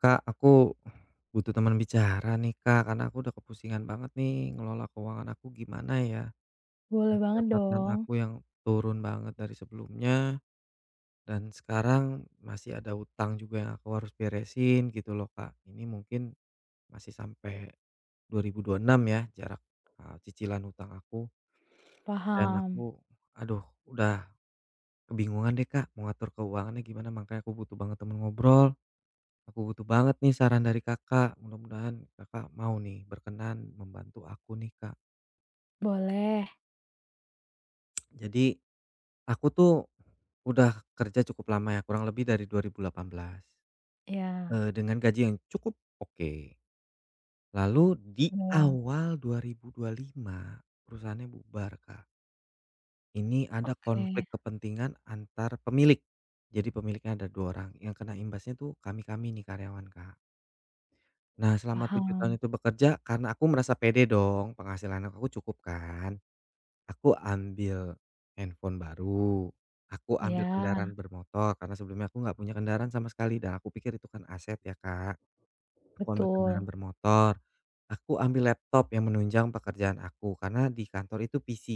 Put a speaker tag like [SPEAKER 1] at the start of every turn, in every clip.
[SPEAKER 1] Kak, aku butuh teman bicara nih, Kak, karena aku udah kepusingan banget nih ngelola keuangan aku gimana ya. Dan
[SPEAKER 2] Boleh banget
[SPEAKER 1] pendapatan
[SPEAKER 2] dong,
[SPEAKER 1] aku yang turun banget dari sebelumnya dan sekarang masih ada utang juga yang aku harus beresin gitu loh, Kak. Ini mungkin masih sampai 2026 ya jarak, cicilan hutang aku dan
[SPEAKER 2] paham.
[SPEAKER 1] aku aduh udah kebingungan deh, Kak, mau ngatur keuangannya gimana, makanya aku butuh banget teman ngobrol. Aku butuh banget nih saran dari Kakak, mudah-mudahan Kakak mau nih berkenan membantu aku nih, Kak.
[SPEAKER 2] Boleh,
[SPEAKER 1] Jadi aku tuh udah kerja cukup lama ya, kurang lebih dari 2018,
[SPEAKER 2] ya
[SPEAKER 1] dengan gaji yang cukup oke. Lalu di
[SPEAKER 2] kebayang.
[SPEAKER 1] awal 2025 perusahaannya bubar, Kak. Ini ada
[SPEAKER 2] Oke,
[SPEAKER 1] konflik kepentingan antar pemilik. Jadi pemiliknya ada 2 orang, yang kena imbasnya tuh kami-kami nih karyawan, Kak. Nah, selama 7 tahun
[SPEAKER 2] paham.
[SPEAKER 1] itu bekerja, karena aku merasa pede dong, penghasilan aku cukup kan, aku ambil handphone baru, aku ambil kendaraan
[SPEAKER 2] Ya,
[SPEAKER 1] bermotor, karena sebelumnya aku nggak punya kendaraan sama sekali dan aku pikir itu kan aset ya, Kak. Aku ambil kendaraan
[SPEAKER 2] betul.
[SPEAKER 1] bermotor, aku ambil laptop yang menunjang pekerjaan aku, karena di kantor itu PC.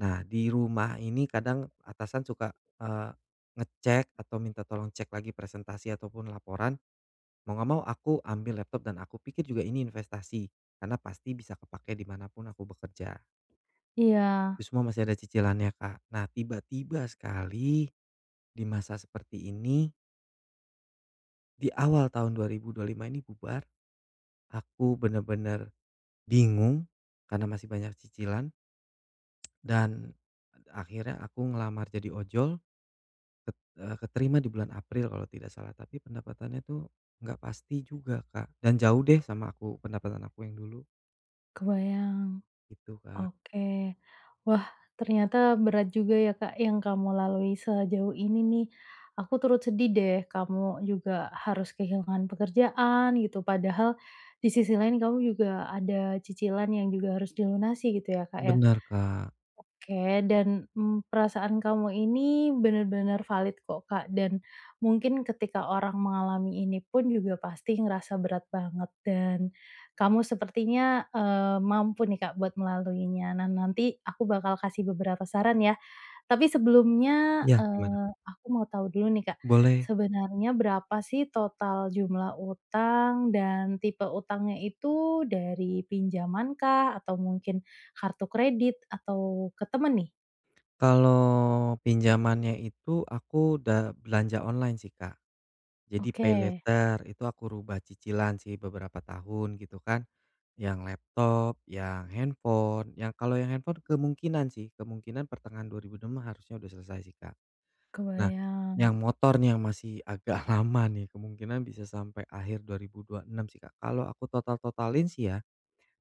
[SPEAKER 1] Nah, di rumah ini kadang atasan suka, eee, ngecek atau minta tolong cek lagi presentasi ataupun laporan. Mau nggak mau aku ambil laptop dan aku pikir juga ini investasi, karena pasti bisa kepakai di mana pun aku bekerja.
[SPEAKER 2] Iya,
[SPEAKER 1] Itu semua masih ada cicilannya, Kak. Nah, tiba-tiba sekali di masa seperti ini, di awal tahun 2025 ini bubar, aku bener-bener bingung karena masih banyak cicilan dan akhirnya aku ngelamar jadi ojol, keterima di bulan April kalau tidak salah, tapi pendapatannya tuh nggak pasti juga, Kak, dan jauh deh sama aku pendapatan aku yang dulu,
[SPEAKER 2] kebayang,
[SPEAKER 1] itu Kak.
[SPEAKER 2] oke. Wah, ternyata berat juga ya, Kak, yang kamu lalui sejauh ini nih. Aku turut sedih deh, kamu juga harus kehilangan pekerjaan gitu, padahal di sisi lain kamu juga ada cicilan yang juga harus dilunasi gitu ya, Kak, ya?
[SPEAKER 1] Benar, Kak.
[SPEAKER 2] Oke, dan, perasaan kamu ini benar-benar valid kok, Kak, dan mungkin ketika orang mengalami ini pun juga pasti ngerasa berat banget dan kamu sepertinya, mampu nih, Kak, buat melaluinya. Nah, nanti aku bakal kasih beberapa saran ya, tapi sebelumnya,
[SPEAKER 1] Ya, gimana, Kak?
[SPEAKER 2] aku mau tahu dulu nih, Kak,
[SPEAKER 1] Boleh.
[SPEAKER 2] sebenarnya berapa sih total jumlah utang dan tipe utangnya itu dari pinjaman kah, atau mungkin kartu kredit, atau ke temen nih?
[SPEAKER 1] Kalau pinjamannya itu aku udah belanja online sih, Kak. Jadi
[SPEAKER 2] Oke,
[SPEAKER 1] paylater itu aku rubah cicilan sih beberapa tahun gitu kan. Yang laptop, yang handphone, yang kalau yang handphone kemungkinan sih, kemungkinan pertengahan 2025 harusnya udah selesai sih, Kak. Nah,
[SPEAKER 2] kebayang.
[SPEAKER 1] yang motor nih yang masih agak lama nih, kemungkinan bisa sampai akhir dua ribu enam sih, Kak. Kalau aku total-totalin sih ya,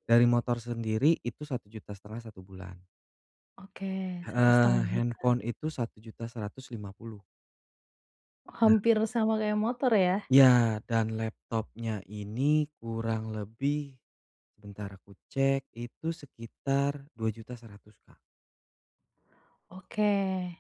[SPEAKER 1] dari motor sendiri itu satu juta setengah satu bulan.
[SPEAKER 2] Oke, satu
[SPEAKER 1] Heeh,
[SPEAKER 2] setengah juta.
[SPEAKER 1] handphone itu satu juta Rp1.150.000. Nah
[SPEAKER 2] Hampir sama kayak motor ya?
[SPEAKER 1] iya, dan laptopnya ini kurang lebih, sebentar aku cek, itu sekitar dua juta seratus Kak.
[SPEAKER 2] Oke.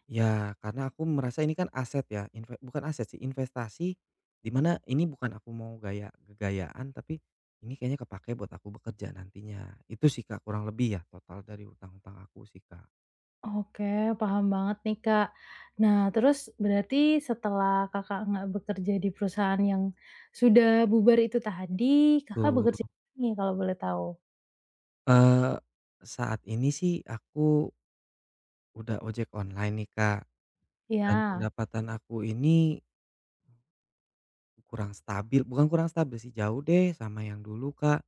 [SPEAKER 1] Ya, karena aku merasa ini kan aset ya, inve bukan aset sih, investasi, di mana ini bukan aku mau gaya gaya-gayaan, tapi ini kayaknya kepakai buat aku bekerja nantinya. Itu sih, Kak, kurang lebih ya total dari hutang-hutang aku sih, Kak.
[SPEAKER 2] Oke, paham banget nih, Kak. Nah, terus berarti setelah Kakak nggak bekerja di perusahaan yang sudah bubar itu tadi, Kakak
[SPEAKER 1] Betul.
[SPEAKER 2] bekerja ini kalau boleh tahu?
[SPEAKER 1] Eee, saat ini sih aku udah ojek online nih, Kak, dan
[SPEAKER 2] Ya,
[SPEAKER 1] pendapatan aku ini kurang stabil, bukan kurang stabil sih, jauh deh sama yang dulu, Kak.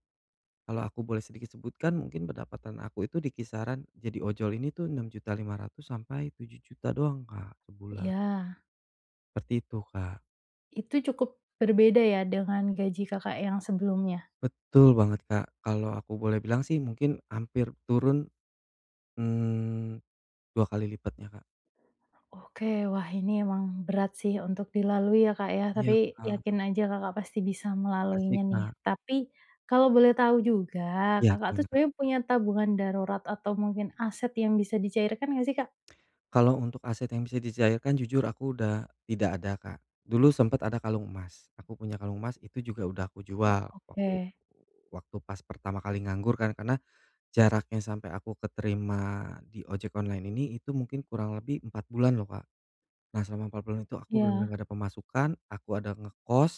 [SPEAKER 1] Kalau aku boleh sedikit sebutkan mungkin pendapatan aku itu di kisaran jadi ojol ini tuh enam juta lima ratus sampai tujuh juta doang, Kak, sebulan,
[SPEAKER 2] ya.
[SPEAKER 1] seperti itu, Kak.
[SPEAKER 2] Itu cukup berbeda ya dengan gaji Kakak yang sebelumnya?
[SPEAKER 1] Betul banget, Kak. Kalau aku boleh bilang sih mungkin hampir turun, mmm, 2 kali lipatnya, Kak.
[SPEAKER 2] Oke, wah ini emang berat sih untuk dilalui ya, Kak, ya,
[SPEAKER 1] Iya,
[SPEAKER 2] tapi yakin
[SPEAKER 1] Kak,
[SPEAKER 2] aja Kakak pasti bisa
[SPEAKER 1] makasih,
[SPEAKER 2] melaluinya nih.
[SPEAKER 1] Kak.
[SPEAKER 2] Tapi kalau boleh tahu juga,
[SPEAKER 1] Iya,
[SPEAKER 2] Kakak tuh
[SPEAKER 1] gimana?
[SPEAKER 2] sebenarnya punya tabungan darurat atau mungkin aset yang bisa dicairkan nggak sih, Kak?
[SPEAKER 1] Kalau untuk aset yang bisa dicairkan jujur aku udah tidak ada, Kak. Dulu sempat ada kalung emas, aku punya kalung emas itu juga udah aku
[SPEAKER 2] Oh,
[SPEAKER 1] jual
[SPEAKER 2] oke.
[SPEAKER 1] waktu waktu pas pertama kali nganggur kan, karena jaraknya sampai aku keterima di ojek online ini itu mungkin kurang lebih 4 bulan loh, Kak. Nah selama 4 bulan itu aku benar-benar
[SPEAKER 2] Iya,
[SPEAKER 1] gak ada pemasukan, aku ada ngekos,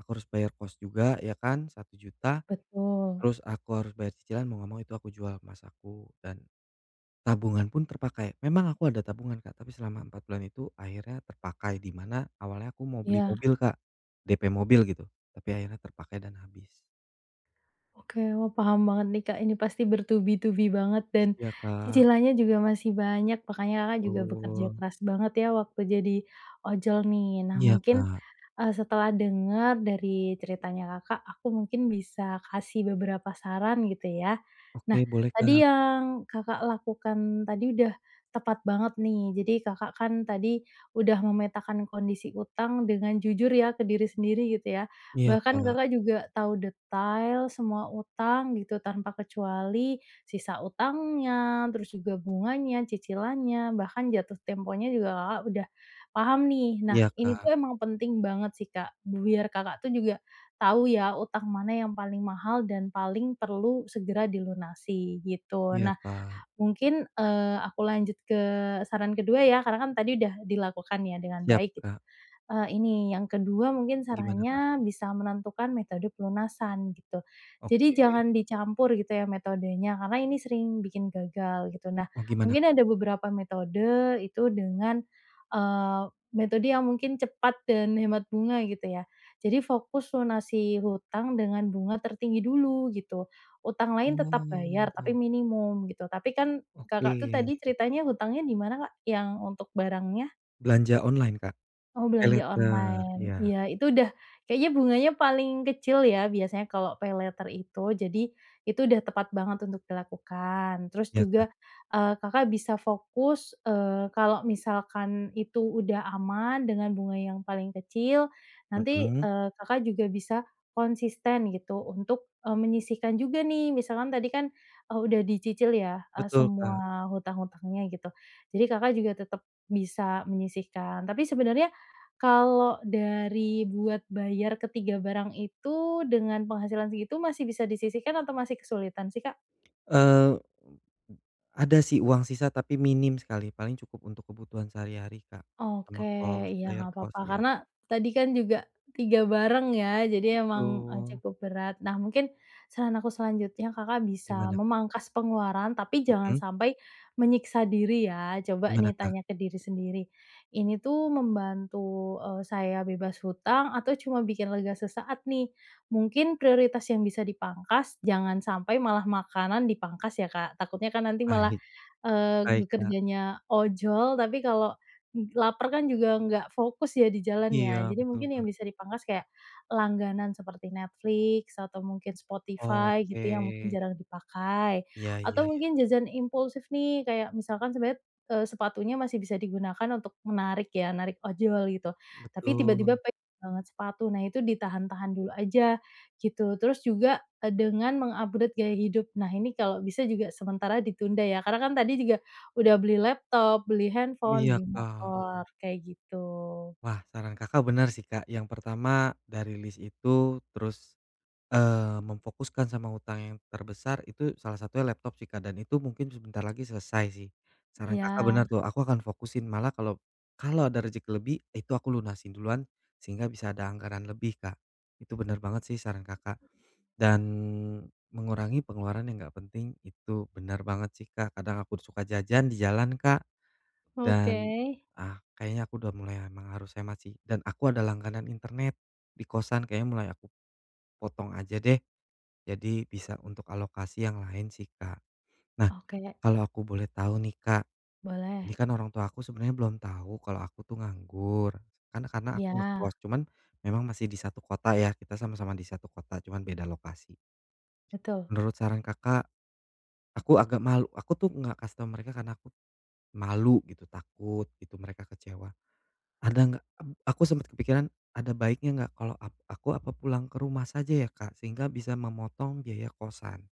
[SPEAKER 1] aku harus bayar kos juga ya kan, satu juta.
[SPEAKER 2] betul.
[SPEAKER 1] Terus aku harus bayar cicilan, mau nggak mau itu aku jual emas aku dan tabungan pun terpakai. Memang aku ada tabungan, Kak, tapi selama 4 bulan itu akhirnya terpakai, di mana awalnya aku mau beli
[SPEAKER 2] Iya,
[SPEAKER 1] mobil, Kak, DP mobil gitu, tapi akhirnya terpakai dan habis.
[SPEAKER 2] oke. Wah, paham banget nih, Kak, ini pasti bertubi-tubi banget dan
[SPEAKER 1] Iya, Kak,
[SPEAKER 2] cicilannya juga masih banyak, makanya Kakak juga bekerja
[SPEAKER 1] betul.
[SPEAKER 2] keras banget ya waktu jadi ojol nih. Nah,
[SPEAKER 1] Iya,
[SPEAKER 2] mungkin
[SPEAKER 1] Kak.
[SPEAKER 2] Setelah dengar dari ceritanya Kakak, aku mungkin bisa kasih beberapa saran gitu ya.
[SPEAKER 1] Oke,
[SPEAKER 2] Nah,
[SPEAKER 1] boleh,
[SPEAKER 2] tadi
[SPEAKER 1] Kak.
[SPEAKER 2] yang Kakak lakukan tadi udah tepat banget nih. Jadi Kakak kan tadi udah memetakan kondisi utang dengan jujur ya ke diri sendiri gitu ya.
[SPEAKER 1] Iya,
[SPEAKER 2] Bahkan
[SPEAKER 1] Kak.
[SPEAKER 2] Kakak juga tahu detail semua utang gitu tanpa kecuali sisa utangnya, terus juga bunganya, cicilannya, bahkan jatuh temponya juga Kakak udah paham nih. Nah,
[SPEAKER 1] Iya,
[SPEAKER 2] ini tuh
[SPEAKER 1] Kak.
[SPEAKER 2] emang penting banget sih, Kak, biar Kakak tuh juga tahu ya utang mana yang paling mahal dan paling perlu segera dilunasi, gitu.
[SPEAKER 1] Iya,
[SPEAKER 2] Nah,
[SPEAKER 1] Kak.
[SPEAKER 2] mungkin, aku lanjut ke saran kedua ya, karena kan tadi udah dilakukan ya dengan
[SPEAKER 1] Siap,
[SPEAKER 2] baik git.
[SPEAKER 1] Kak.
[SPEAKER 2] Ini, yang kedua mungkin
[SPEAKER 1] Gimana, Kak?
[SPEAKER 2] sarannya bisa menentukan metode pelunasan gitu. Jadi
[SPEAKER 1] Oke.
[SPEAKER 2] jangan dicampur gitu ya metodenya, karena ini sering bikin gagal gitu. Nah,
[SPEAKER 1] Oh, gimana,
[SPEAKER 2] mungkin
[SPEAKER 1] Kak?
[SPEAKER 2] ada beberapa metode itu dengan, eee, metode yang mungkin cepat dan hemat bunga gitu ya. Jadi fokus lunasi hutang dengan bunga tertinggi dulu gitu. Utang lain tetap bayar tapi
[SPEAKER 1] Oh,
[SPEAKER 2] minimum gitu. Tapi kan
[SPEAKER 1] oke.
[SPEAKER 2] Kakak tuh tadi ceritanya hutangnya di mana Kak? Yang untuk barangnya?
[SPEAKER 1] Belanja online, Kak?
[SPEAKER 2] Oh belanja
[SPEAKER 1] PayLater,
[SPEAKER 2] online,
[SPEAKER 1] iya.
[SPEAKER 2] iya itu udah kayaknya bunganya paling kecil ya biasanya kalau paylater itu, jadi itu udah tepat banget untuk dilakukan. Terus
[SPEAKER 1] Iya,
[SPEAKER 2] juga,
[SPEAKER 1] Kak.
[SPEAKER 2] Kakak bisa fokus, kalau misalkan itu udah aman dengan bunga yang paling kecil, nanti,
[SPEAKER 1] Mhm,
[SPEAKER 2] Kakak juga bisa konsisten gitu untuk, menyisihkan juga nih misalkan tadi kan, udah dicicil ya,
[SPEAKER 1] betul, Kak.
[SPEAKER 2] semua hutang-hutangnya gitu, jadi Kakak juga tetap bisa menyisihkan. Tapi sebenarnya kalau dari buat bayar ketiga barang itu dengan penghasilan segitu masih bisa disisihkan atau masih kesulitan sih, Kak?
[SPEAKER 1] Eee Ada sih uang sisa tapi minim sekali, paling cukup untuk kebutuhan sehari-hari, Kak, sama
[SPEAKER 2] Oke,
[SPEAKER 1] kos,
[SPEAKER 2] iya
[SPEAKER 1] bayar
[SPEAKER 2] nggak
[SPEAKER 1] kos,
[SPEAKER 2] apa-apa
[SPEAKER 1] iya
[SPEAKER 2] karena tadi kan juga 3 bareng ya, jadi emang,
[SPEAKER 1] betul.
[SPEAKER 2] cukup berat. Nah mungkin saran aku selanjutnya Kakak bisa
[SPEAKER 1] Gimana, Kak?
[SPEAKER 2] memangkas pengeluaran tapi jangan
[SPEAKER 1] Mhm,
[SPEAKER 2] sampai menyiksa diri ya. Coba
[SPEAKER 1] gimana,
[SPEAKER 2] nih
[SPEAKER 1] Kak?
[SPEAKER 2] tanya ke diri sendiri, "Ini tuh membantu, saya bebas hutang atau cuma bikin lega sesaat nih?" Mungkin prioritas yang bisa dipangkas jangan sampai malah makanan dipangkas ya Kak, takutnya kan nanti malah
[SPEAKER 1] Baik, baik, Kak.
[SPEAKER 2] bekerjanya ojol, tapi kalau laper kan juga nggak fokus ya di jalan
[SPEAKER 1] Iya,
[SPEAKER 2] ya. Jadi
[SPEAKER 1] betul,
[SPEAKER 2] mungkin yang
[SPEAKER 1] Kak.
[SPEAKER 2] bisa dipangkas kayak langganan seperti Netflix atau mungkin Spotify gitu
[SPEAKER 1] Oke,
[SPEAKER 2] yang mungkin jarang dipakai,
[SPEAKER 1] iya, iya,
[SPEAKER 2] atau
[SPEAKER 1] iya,
[SPEAKER 2] mungkin jajan impulsif nih kayak misalkan sebenarnya, sepatunya masih bisa digunakan untuk menarik ya, narik ojol gitu, tapi
[SPEAKER 1] betul.
[SPEAKER 2] tiba-tiba pengen banget sepatu, nah itu ditahan-tahan dulu aja gitu. Terus juga dengan meng gaya hidup. Nah, ini kalau bisa juga sementara ditunda ya, karena kan tadi juga udah beli laptop, beli handphone,
[SPEAKER 1] Iya,
[SPEAKER 2] beli
[SPEAKER 1] Kak.
[SPEAKER 2] motor, kayak gitu.
[SPEAKER 1] Wah, saran Kakak benar sih, Kak, yang pertama dari list itu, terus memfokuskan sama utang yang terbesar itu salah satunya laptop sih, Kak, dan itu mungkin sebentar lagi selesai sih. Saran Kakak
[SPEAKER 2] Iya,
[SPEAKER 1] benar tuh, aku akan fokusin malah kalau kalau ada rezeki lebih, itu aku lunasin duluan sehingga bisa ada anggaran lebih, Kak. Itu benar banget sih saran Kakak, dan mengurangi pengeluaran yang nggak penting itu benar banget sih, Kak. Kadang aku suka jajan di jalan, Kak,
[SPEAKER 2] oke.
[SPEAKER 1] dan, ah, kayaknya aku udah mulai emang harus hemat sih, dan aku ada langganan internet di kosan kayaknya mulai aku potong aja deh. Jadi bisa untuk alokasi yang lain sih, Kak. Nah,
[SPEAKER 2] Oke,
[SPEAKER 1] kalau aku boleh tahu nih, Kak,
[SPEAKER 2] boleh.
[SPEAKER 1] ini kan orang tua aku sebenarnya belum tahu kalau aku tuh nganggur, karena aku
[SPEAKER 2] Iya,
[SPEAKER 1] ngekos, cuman memang masih di satu kota ya, kita sama-sama di satu kota, cuman beda lokasi.
[SPEAKER 2] betul,
[SPEAKER 1] Menurut saran Kakak, aku agak malu, aku tuh nggak kasih tahu mereka karena aku malu gitu, takut gitu mereka kecewa. Ada nggak aku sempat kepikiran, ada baiknya nggak kalau aku apa pulang ke rumah saja ya, Kak? Sehingga bisa memotong biaya kosan.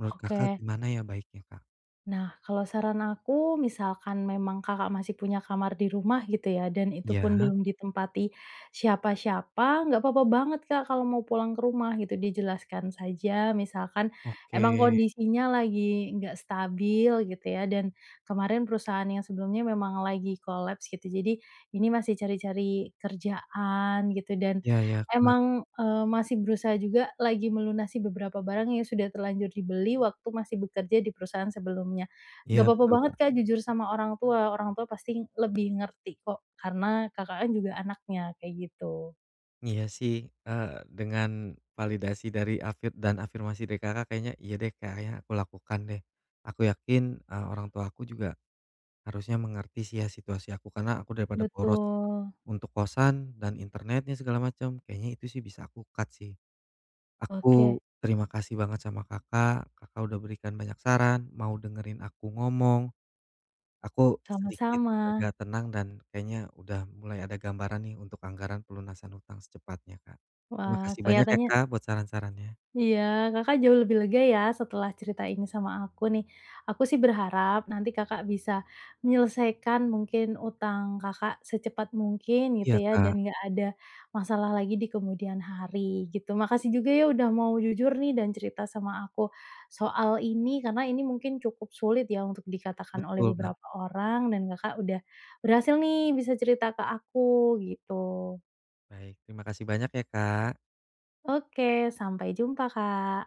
[SPEAKER 1] Menurut Kakak
[SPEAKER 2] oke.
[SPEAKER 1] gimana ya baiknya, Kak?
[SPEAKER 2] Nah, kalau saran aku misalkan memang Kakak masih punya kamar di rumah gitu ya, dan itu pun
[SPEAKER 1] Iya,
[SPEAKER 2] belum ditempati siapa-siapa, nggak apa-apa banget Kak kalau mau pulang ke rumah gitu, dijelaskan saja misalkan
[SPEAKER 1] oke.
[SPEAKER 2] emang kondisinya lagi nggak stabil gitu ya, dan kemarin perusahaan yang sebelumnya memang lagi kolaps gitu, jadi ini masih cari-cari kerjaan gitu, dan
[SPEAKER 1] Iya ya Kak.
[SPEAKER 2] emang, masih berusaha juga lagi melunasi beberapa barang yang sudah terlanjur dibeli waktu masih bekerja di perusahaan sebelumnya. Gak
[SPEAKER 1] Iya,
[SPEAKER 2] apa-apa
[SPEAKER 1] betul,
[SPEAKER 2] banget,
[SPEAKER 1] Kak.
[SPEAKER 2] Kak, jujur sama orang tua pasti lebih ngerti kok, karena Kakak kan juga anaknya, kayak gitu.
[SPEAKER 1] Iya sih, eee, dengan validasi dari afirmasi dari Kakak kayaknya iya deh, kayaknya aku lakukan deh. Aku yakin, orang tua aku juga harusnya mengerti sih ya situasi aku, karena aku daripada boros
[SPEAKER 2] Betul.
[SPEAKER 1] untuk kosan dan internetnya segala macam, kayaknya itu sih bisa aku cut sih.
[SPEAKER 2] Oke,
[SPEAKER 1] Aku terima kasih banget sama Kakak, Kakak udah berikan banyak saran, mau dengerin aku ngomong. Aku sedikit
[SPEAKER 2] sama-sama.
[SPEAKER 1] agak tenang dan kayaknya udah mulai ada gambaran nih untuk anggaran pelunasan hutang secepatnya, Kak. Terima
[SPEAKER 2] Wah,
[SPEAKER 1] kasih banyak ya,
[SPEAKER 2] kelihatannya
[SPEAKER 1] Kak, buat saran-sarannya.
[SPEAKER 2] Iya, Kakak jauh lebih lega ya setelah cerita ini sama aku nih. Aku sih berharap nanti Kakak bisa menyelesaikan mungkin utang Kakak secepat mungkin gitu
[SPEAKER 1] Iya,
[SPEAKER 2] ya dan
[SPEAKER 1] Kak,
[SPEAKER 2] nggak ada masalah lagi di kemudian hari gitu. Makasih juga ya udah mau jujur nih dan cerita sama aku soal ini karena ini mungkin cukup sulit ya untuk dikatakan oleh
[SPEAKER 1] betul, Kak.
[SPEAKER 2] beberapa orang dan Kakak udah berhasil nih bisa cerita ke aku gitu.
[SPEAKER 1] Baik, terima kasih banyak ya, Kak.
[SPEAKER 2] Oke, sampai jumpa Kak.